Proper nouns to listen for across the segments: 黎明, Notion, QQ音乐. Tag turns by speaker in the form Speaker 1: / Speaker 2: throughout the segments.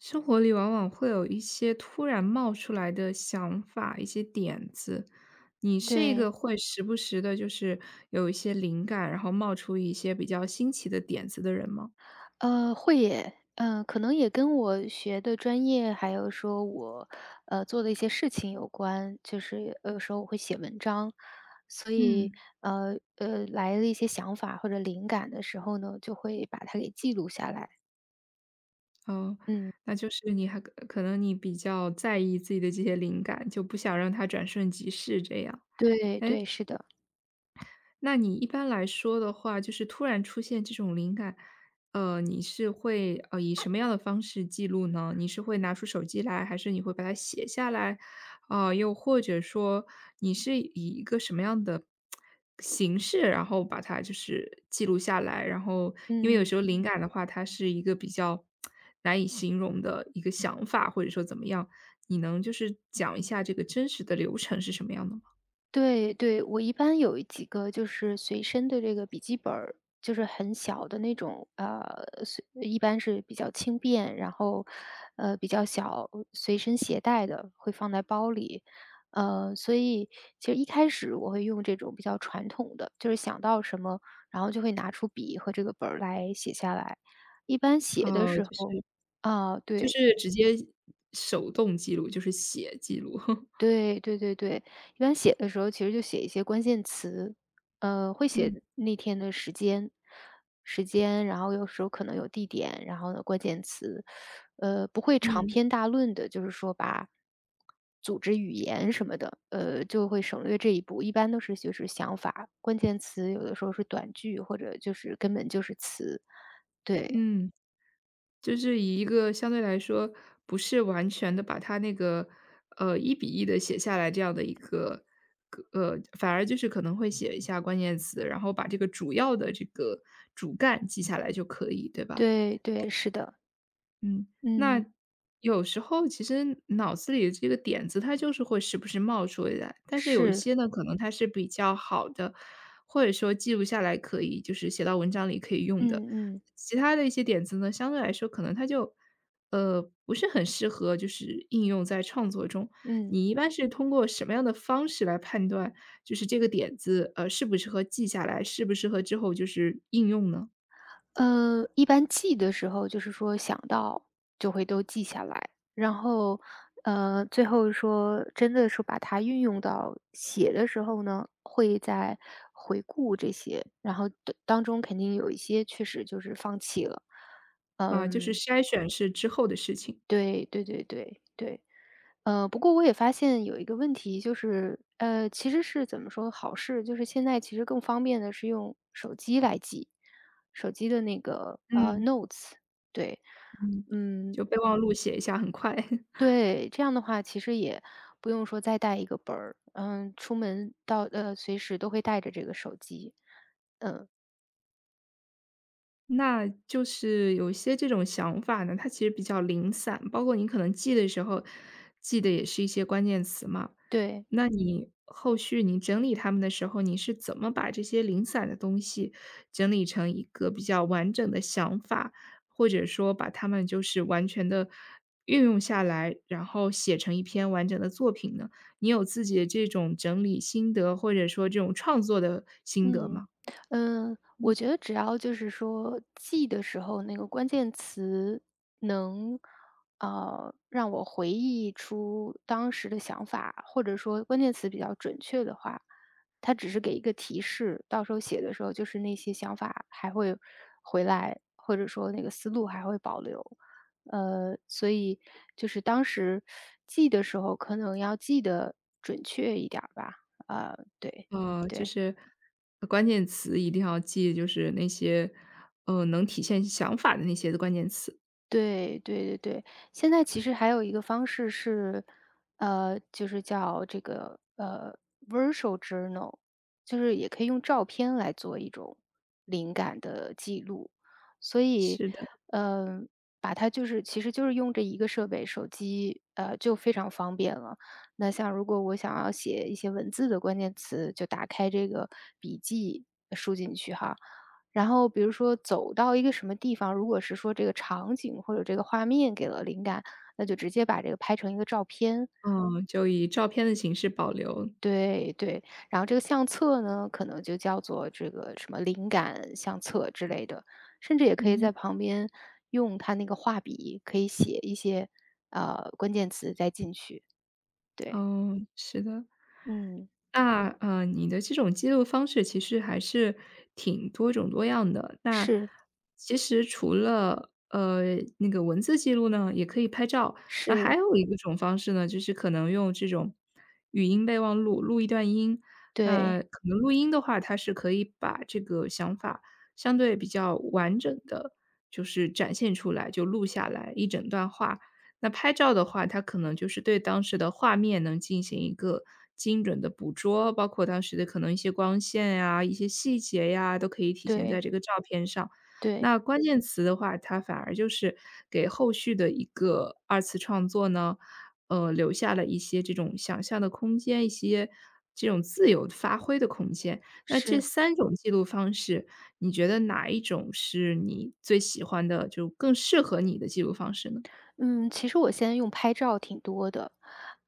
Speaker 1: 生活里往往会有一些突然冒出来的想法，一些点子。你是一个
Speaker 2: 对，
Speaker 1: 会时不时的，有一些灵感，然后冒出一些比较新奇的点子的人吗？
Speaker 2: 会也，嗯，可能也跟我学的专业，还有说我，做的一些事情有关。就是有时候我会写文章，所以，
Speaker 1: 嗯，
Speaker 2: 来了一些想法或者灵感的时候呢，就会把它给记录下来。
Speaker 1: 哦，
Speaker 2: 嗯，
Speaker 1: 那就是你还可能你比较在意自己的这些灵感，就不想让它转瞬即逝这样。
Speaker 2: 对对，是的，
Speaker 1: 那你一般来说的话，就是突然出现这种灵感，你是会，以什么样的方式记录呢？你是会拿出手机来，还是你会把它写下来？啊，又或者说你是以一个什么样的形式，然后把它就是记录下来？然后，因为有
Speaker 2: 嗯。
Speaker 1: 时候灵感的话，它是一个比较难以形容的一个想法，或者说怎么样，你能就是讲一下这个真实的流程是什么样的吗？
Speaker 2: 对对，我一般有几个就是随身的这个笔记本儿，就是很小的那种，随一般是比较轻便，然后，比较小，随身携带的，会放在包里。所以其实一开始我会用这种比较传统的，就是想到什么，然后就会拿出笔和这个本儿来写下来。一般写的
Speaker 1: 呃，
Speaker 2: 时
Speaker 1: 就
Speaker 2: 候
Speaker 1: 是
Speaker 2: 啊，
Speaker 1: 就
Speaker 2: 对。
Speaker 1: 是直接手动记录，就是写记录。
Speaker 2: 对对对对，一般写的时候其实就写一些关键词，会
Speaker 1: 嗯。
Speaker 2: 写那天的时间，时间，然后有时候可能有地点，然后呢关键词，不会长
Speaker 1: 嗯，
Speaker 2: 篇大论的，就是说把组织语言什么的，就会省略这一步。一般都是就是想法，关键词有的时候是短句，或者就是根本就是词。对
Speaker 1: 嗯，就是以一个相对来说不是完全的把它那个，一比一的写下来这样的一个反而就是可能会写一下关键词，然后把这个主要的这个主干记下来就可以，对吧？
Speaker 2: 对对，是的，
Speaker 1: 嗯。
Speaker 2: 嗯，
Speaker 1: 那有时候其实脑子里的这个点子，它就是会时不时冒出来，但是有一
Speaker 2: 是，
Speaker 1: 些呢，可能它是比较好的，或者说记录下来可以就是写到文章里可以用的。
Speaker 2: 嗯嗯
Speaker 1: 其他的一些点子呢，相对来说可能它就，不是很适合就是应用在创作中。
Speaker 2: 嗯。
Speaker 1: 你一般是通过什么样的方式来判断，就是这个点子，适不适合记下来，适不适合之后就是应用呢？
Speaker 2: 一般记的时候就是说想到就会都记下来，然后，最后说真的是把它运用到写的时候呢，会再回顾这些，然后当中肯定有一些确实就是放弃了。
Speaker 1: 啊，就是
Speaker 2: 嗯，
Speaker 1: 筛选是之后的事情。
Speaker 2: 对对对对对。不过我也发现有一个问题，就是其实是怎么说好事，就是现在其实更方便的是用手机来记，手机的那个
Speaker 1: 嗯。
Speaker 2: notes，对，
Speaker 1: 嗯，
Speaker 2: 嗯，
Speaker 1: 就备忘录写一下，很快。
Speaker 2: 对，这样的话其实也不用说再带一个本儿，嗯，出门到呃随时都会带着这个手机，
Speaker 1: 那就是有一些这种想法呢，它其实比较零散，包括你可能记的时候，记的也是一些关键词嘛。
Speaker 2: 对。
Speaker 1: 那你后续你整理它们的时候，你是怎么把这些零散的东西整理成一个比较完整的想法，或者说把它们就是完全的运用下来，然后写成一篇完整的作品呢？你有自己的这种整理心得，或者说这种创作的心得
Speaker 2: 嗯，
Speaker 1: 吗？
Speaker 2: 嗯，我觉得只要就是说记的时候，那个关键词能，让我回忆出当时的想法，或者说关键词比较准确的话，它只是给一个提示，到时候写的时候就是那些想法还会回来，或者说那个思路还会保留。所以就是当时记的时候，可能要记得准确一点儿吧。呃，对
Speaker 1: 呃，就
Speaker 2: 对。
Speaker 1: 是呃关键词一定要记，就是那些，能体现想法的那些的关键词。
Speaker 2: 对对对对，现在其实还有一个方式是，就是叫这个virtual journal，就是也可以用照片来做一种灵感的记录，所以，
Speaker 1: 是的。
Speaker 2: 嗯，把它就是其实就是用这一个设备，手机就非常方便了。那像如果我想要写一些文字的关键词，就打开这个笔记输进去哈，然后比如说走到一个什么地方，如果是说这个场景或者这个画面给了灵感，那就直接把这个拍成一个照片。
Speaker 1: 嗯，就以照片的形式保留。
Speaker 2: 对对，然后这个相册呢，可能就叫做这个什么灵感相册之类的，甚至也可以
Speaker 1: 嗯，
Speaker 2: 在旁边用它那个画笔，可以写一些关键词再进去。对，
Speaker 1: 哦，是的。
Speaker 2: 嗯，
Speaker 1: 那，你的这种记录方式其实还是挺多种多样的。那
Speaker 2: 是
Speaker 1: 其实除了，那个文字记录呢，也可以拍照。那还
Speaker 2: 是，
Speaker 1: 有一个种方式呢，就是可能用这种语音备忘录，录一段音。那
Speaker 2: 对
Speaker 1: 可能录音的话，它是可以把这个想法相对比较完整的，就是展现出来，就录下来一整段话。那拍照的话，它可能就是对当时的画面能进行一个精准的捕捉，包括当时的可能一些光线呀、一些细节呀，都可以体现在
Speaker 2: 对
Speaker 1: 这个照片上。
Speaker 2: 对，
Speaker 1: 那关键词的话，它反而就是给后续的一个二次创作呢，留下了一些这种想象的空间，一些这种自由发挥的空间。那这
Speaker 2: 是。
Speaker 1: 三种记录方式，你觉得哪一种是你最喜欢的，就更适合你的记录方式呢？
Speaker 2: 嗯，其实我现在用拍照挺多的，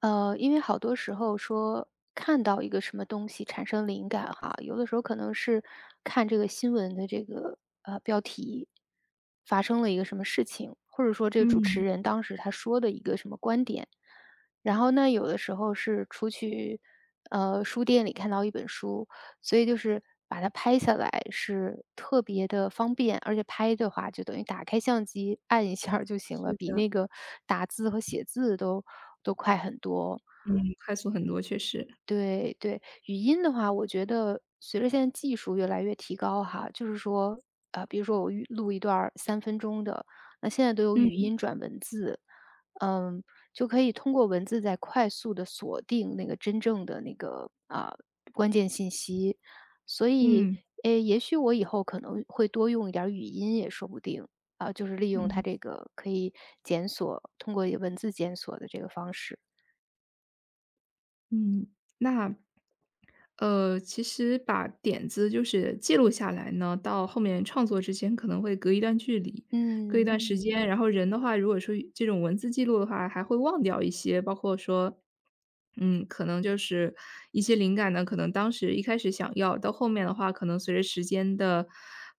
Speaker 2: 因为好多时候说看到一个什么东西产生灵感哈，有的时候可能是看这个新闻的这个标题，发生了一个什么事情，或者说这个主
Speaker 1: 嗯。
Speaker 2: 持人当时他说的一个什么观点，然后呢，有的时候是出去书店里看到一本书，所以就是把它拍下来是特别的方便，而且拍的话就等于打开相机按一下儿就行了，
Speaker 1: 是
Speaker 2: 比
Speaker 1: 的。
Speaker 2: 那个打字和写字都快很多。
Speaker 1: 嗯，快速很多，确实。
Speaker 2: 对对，语音的话，我觉得随着现在技术越来越提高哈，就是说，啊，比如说我预录一段儿三分钟的，那现在都有
Speaker 1: 嗯。
Speaker 2: 语音转文字，嗯，就可以通过文字再快速的锁定那个真正的那个，啊，关键信息。所以，
Speaker 1: 嗯。
Speaker 2: 诶，也许我以后可能会多用一点儿语音也说不定，啊，就是利用它
Speaker 1: 嗯。
Speaker 2: 这个可以检索通过文字检索的这个方式。
Speaker 1: 嗯，那，其实把点子就是记录下来呢，到后面创作之前可能会隔一段距离，隔一
Speaker 2: 嗯，
Speaker 1: 段时间。然后人的话，如果说这种文字记录的话，还会忘掉一些，包括说，嗯，可能就是一些灵感呢，可能当时一开始想要，到后面的话，可能随着时间的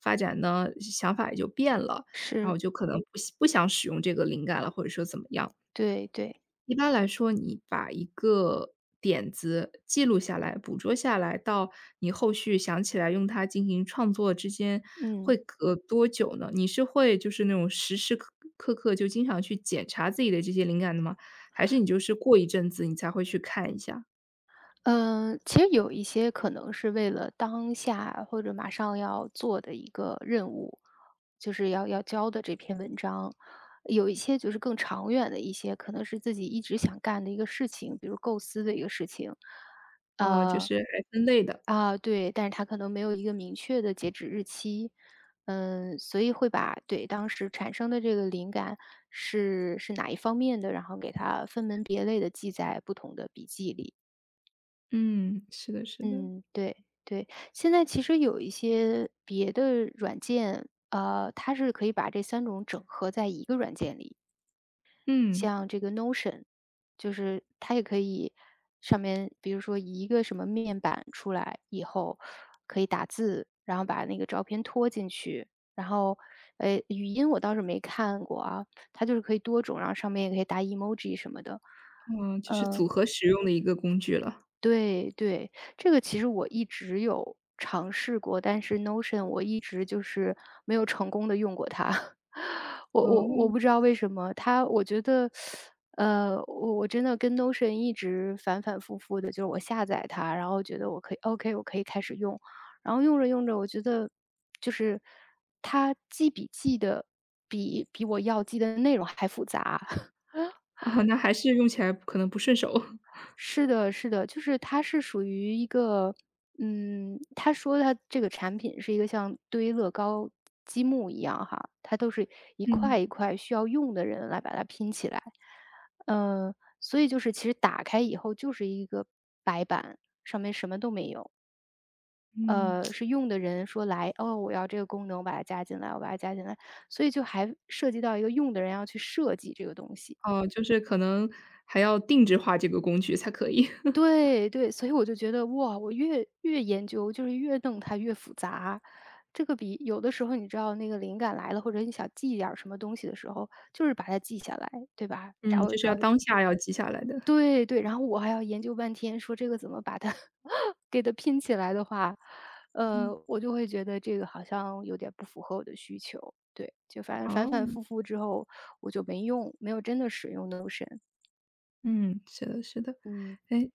Speaker 1: 发展呢，想法也就变了，然后
Speaker 2: 是，
Speaker 1: 就可能不想使用这个灵感了，或者说怎么样。
Speaker 2: 对对。
Speaker 1: 一般来说，你把一个点子记录下来、捕捉下来，到你后续想起来用它进行创作之间，
Speaker 2: 嗯，
Speaker 1: 会隔多久呢？你是会就是那种时时刻刻就经常去检查自己的这些灵感的吗？还是你就是过一阵子你才会去看一下？
Speaker 2: 其实有一些可能是为了当下或者马上要做的一个任务，就是要交的这篇文章，有一些就是更长远的一些，可能是自己一直想干的一个事情，比如构思的一个事情，
Speaker 1: 哦，就
Speaker 2: 呃
Speaker 1: 是还分类的。
Speaker 2: 啊，对，但是它可能没有一个明确的截止日期，嗯，所以会把对当时产生的这个灵感是哪一方面的，然后给它分门别类的记在不同的笔记里。
Speaker 1: 嗯，是的，是的。
Speaker 2: 嗯，对对，现在其实有一些别的软件，它是可以把这三种整合在一个软件里，
Speaker 1: 嗯，
Speaker 2: 像这个 Notion，就是它也可以上面比如说一个什么面板出来以后，可以打字，然后把那个照片拖进去，然后，语音我倒是没看过啊，它就是可以多种，然后上面也可以打 emoji 什么的，
Speaker 1: 哦，就是组
Speaker 2: 嗯。
Speaker 1: 合使用的一个工具了。
Speaker 2: 对对，这个其实我一直有尝试过，但是 Notion 我一直就是没有成功的用过它。我
Speaker 1: 哦。
Speaker 2: 不知道为什么，它我觉得，我真的跟 Notion 一直反反复复的，就是我下载它，然后觉得我可以 OK，我可以开始用，然后用着用着，我觉得就是它记笔记的比我要记的内容还复杂。
Speaker 1: 哦，那还是用起来可能不顺手。
Speaker 2: 是的，是的，就是它是属于一个，嗯，他说他这个产品是一个像堆乐高积木一样哈，它都是一块
Speaker 1: 嗯。
Speaker 2: 一块需要用的人来把它拼起来，呃，所以就是其实打开以后就是一个白板，上面什么都没有，
Speaker 1: 嗯。
Speaker 2: 是用的人说来，哦，我要这个功能，我把它加进来，所以就还涉及到一个用的人要去设计这个东西。
Speaker 1: 哦，就是可能还要定制化这个工具才可以。
Speaker 2: 对对，所以我就觉得哇，我越研究，就是越弄它越复杂。这个比有的时候你知道那个灵感来了，或者你想记一点儿什么东西的时候，就是把它记下来，对吧？
Speaker 1: 嗯，
Speaker 2: 找
Speaker 1: 就是要
Speaker 2: 找一
Speaker 1: 当下要记下来的。
Speaker 2: 对对，然后我还要研究半天，说这个怎么把它 给它拼起来的话，
Speaker 1: 嗯。
Speaker 2: 我就会觉得这个好像有点不符合我的需求。对，就反正反反
Speaker 1: 哦。
Speaker 2: 复复之后，我就没用，没有真的使用 Notion。
Speaker 1: 嗯，是的是的。
Speaker 2: 嗯，
Speaker 1: 哎。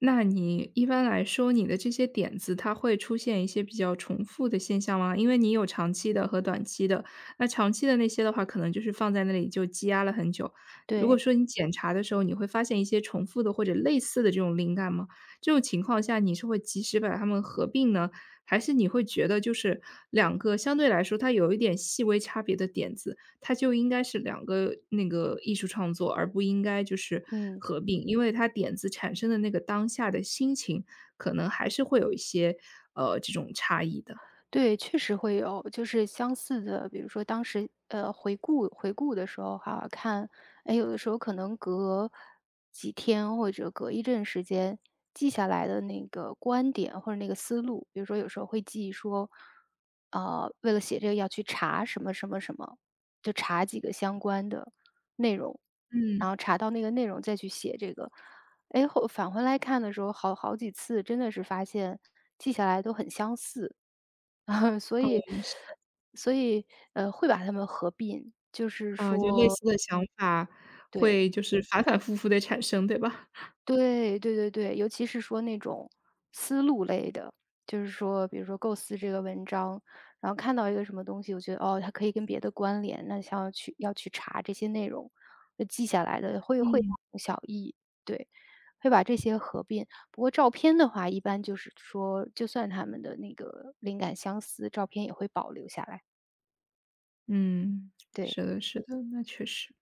Speaker 1: 那你一般来说，你的这些点子，它会出现一些比较重复的现象吗？因为你有长期的和短期的，那长期的那些的话，可能就是放在那里就积压了很久。如果
Speaker 2: 对，
Speaker 1: 说你检查的时候，你会发现一些重复的或者类似的这种灵感吗？这种情况下，你是会及时把它们合并呢，还是你会觉得就是两个相对来说它有一点细微差别的点子，它就应该是两个那个艺术创作，而不应该就是
Speaker 2: 嗯。
Speaker 1: 合并。因为它点子产生的那个当下的心情，可能还是会有一些，这种差异的。
Speaker 2: 对，确实会有，就是相似的，比如说当时回顾的时候哈，看，哎，有的时候可能隔几天或者隔一阵时间记下来的那个观点或者那个思路，比如说有时候会记说，为了写这个要去查什么什么什么，就查几个相关的内容，
Speaker 1: 嗯。
Speaker 2: 然后查到那个内容再去写这个。哎，后返回来看的时候，好几次真的是发现记下来都很相似。啊，所
Speaker 1: 嗯，
Speaker 2: 以
Speaker 1: 是的，
Speaker 2: 所以，呃，会把它们合并，
Speaker 1: 啊，就类似的想法
Speaker 2: 对。
Speaker 1: 会就是反反复复的产生，对吧？
Speaker 2: 对对对对，尤其是说那种思路类的，就是说，比如说构思这个文章，然后看到一个什么东西，我觉得哦，它可以跟别的关联，那想要去查这些内容，就记下来的，会大
Speaker 1: 嗯。
Speaker 2: 同小异，对，会把这些合并。不过照片的话，一般就是说，就算他们的那个灵感相似，照片也会保留下来。
Speaker 1: 嗯，
Speaker 2: 对，
Speaker 1: 是的是的，那确实。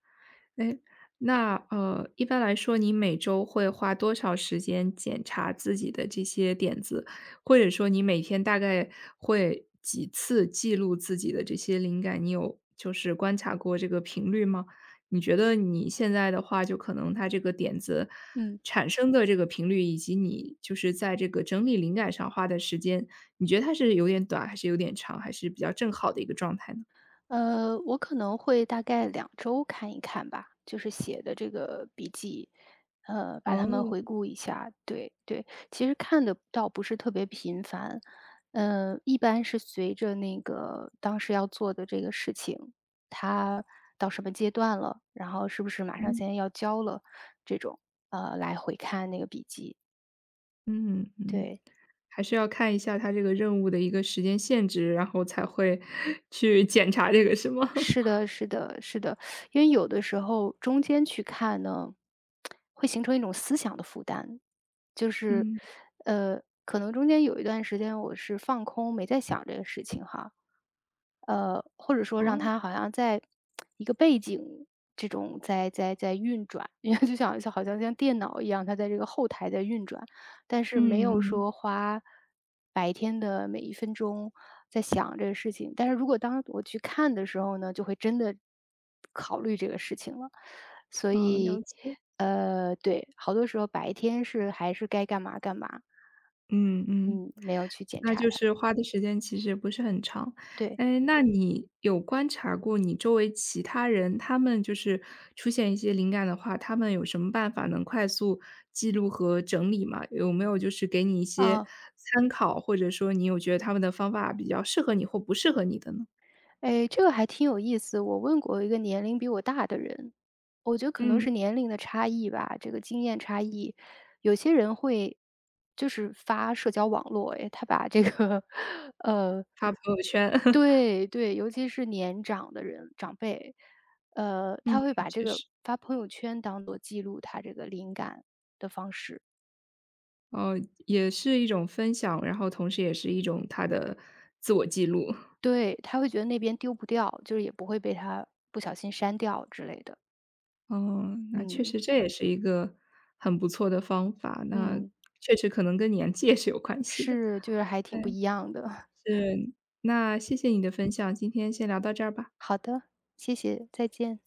Speaker 1: 哎，那一般来说，你每周会花多少时间检查自己的这些点子？或者说你每天大概会几次记录自己的这些灵感？你有就是观察过这个频率吗？你觉得你现在的话，就可能它这个点子
Speaker 2: 嗯。
Speaker 1: 产生的这个频率，以及你就是在这个整理灵感上花的时间，你觉得它是有点短，还是有点长，还是比较正好的一个状态呢？
Speaker 2: 我可能会大概两周看一看吧，就是写的这个笔记，把它们
Speaker 1: 哦，
Speaker 2: 回顾一下。对，对，其实看的倒不是特别频繁，一般是随着那个当时要做的这个事情，它到什么阶段了，然后是不是马上
Speaker 1: 嗯。
Speaker 2: 现在要交了，这种，来回看那个笔记，
Speaker 1: 嗯。嗯。
Speaker 2: 对。
Speaker 1: 还是要看一下它这个任务的一个时间限制，然后才会 去检查这个是吗？
Speaker 2: 是的，是的，是的，因为有的时候中间去看呢，会形成一种思想的负担，就是，
Speaker 1: 嗯，
Speaker 2: 可能中间有一段时间我是放空，没在想这个事情哈，或者说让
Speaker 1: 哦，
Speaker 2: 它好像在一个背景这种在运转，因为就像好像电脑一样，它在这个后台在运转，但是没有
Speaker 1: 嗯
Speaker 2: 说花白天的每一分钟在想这个事情。但是如果当我去看的时候呢，就会真的考虑这个事情了。所
Speaker 1: 哦了
Speaker 2: 以，
Speaker 1: 解，
Speaker 2: 对，好多时候白天是还是该干嘛干嘛，
Speaker 1: 嗯。嗯，
Speaker 2: 嗯，没有去检
Speaker 1: 那
Speaker 2: 查
Speaker 1: 就
Speaker 2: 它。
Speaker 1: 是花的时间其实不是很长。
Speaker 2: 对，
Speaker 1: 哎，那你有观察过你周围其他人，他们就是出现一些灵感的话，他们有什么办法能快速记录和整理吗？有没有就是给你一些
Speaker 2: 啊、
Speaker 1: 参考，或者说你有觉得他们的方法比较适合你或不适合你的呢？
Speaker 2: 哎，这个还挺有意思。我问过一个年龄比我大的人，我觉得可能
Speaker 1: 嗯。
Speaker 2: 是年龄的差异吧，这个经验差异。有些人会就是发社交网络，哎，他把这个 呃，
Speaker 1: 发朋友圈。
Speaker 2: 对对，尤其是年长的人长辈，
Speaker 1: 嗯，
Speaker 2: 他会把这
Speaker 1: 确
Speaker 2: 个
Speaker 1: 实。
Speaker 2: 发朋友圈当做记录他这个灵感的方式。
Speaker 1: 哦，也是一种分享，然后同时也是一种他的自我记录。
Speaker 2: 对，他会觉得那边丢不掉，就是也不会被他不小心删掉之类的。
Speaker 1: 哦，那确
Speaker 2: 嗯
Speaker 1: 实这也是一个很不错的方法，那
Speaker 2: 嗯。
Speaker 1: 确实可能跟年纪也是有关系的。
Speaker 2: 是，就是还挺
Speaker 1: 对，
Speaker 2: 不一样的。
Speaker 1: 是，那谢谢你的分享，今天先聊到这儿吧。
Speaker 2: 好的，谢谢，再见。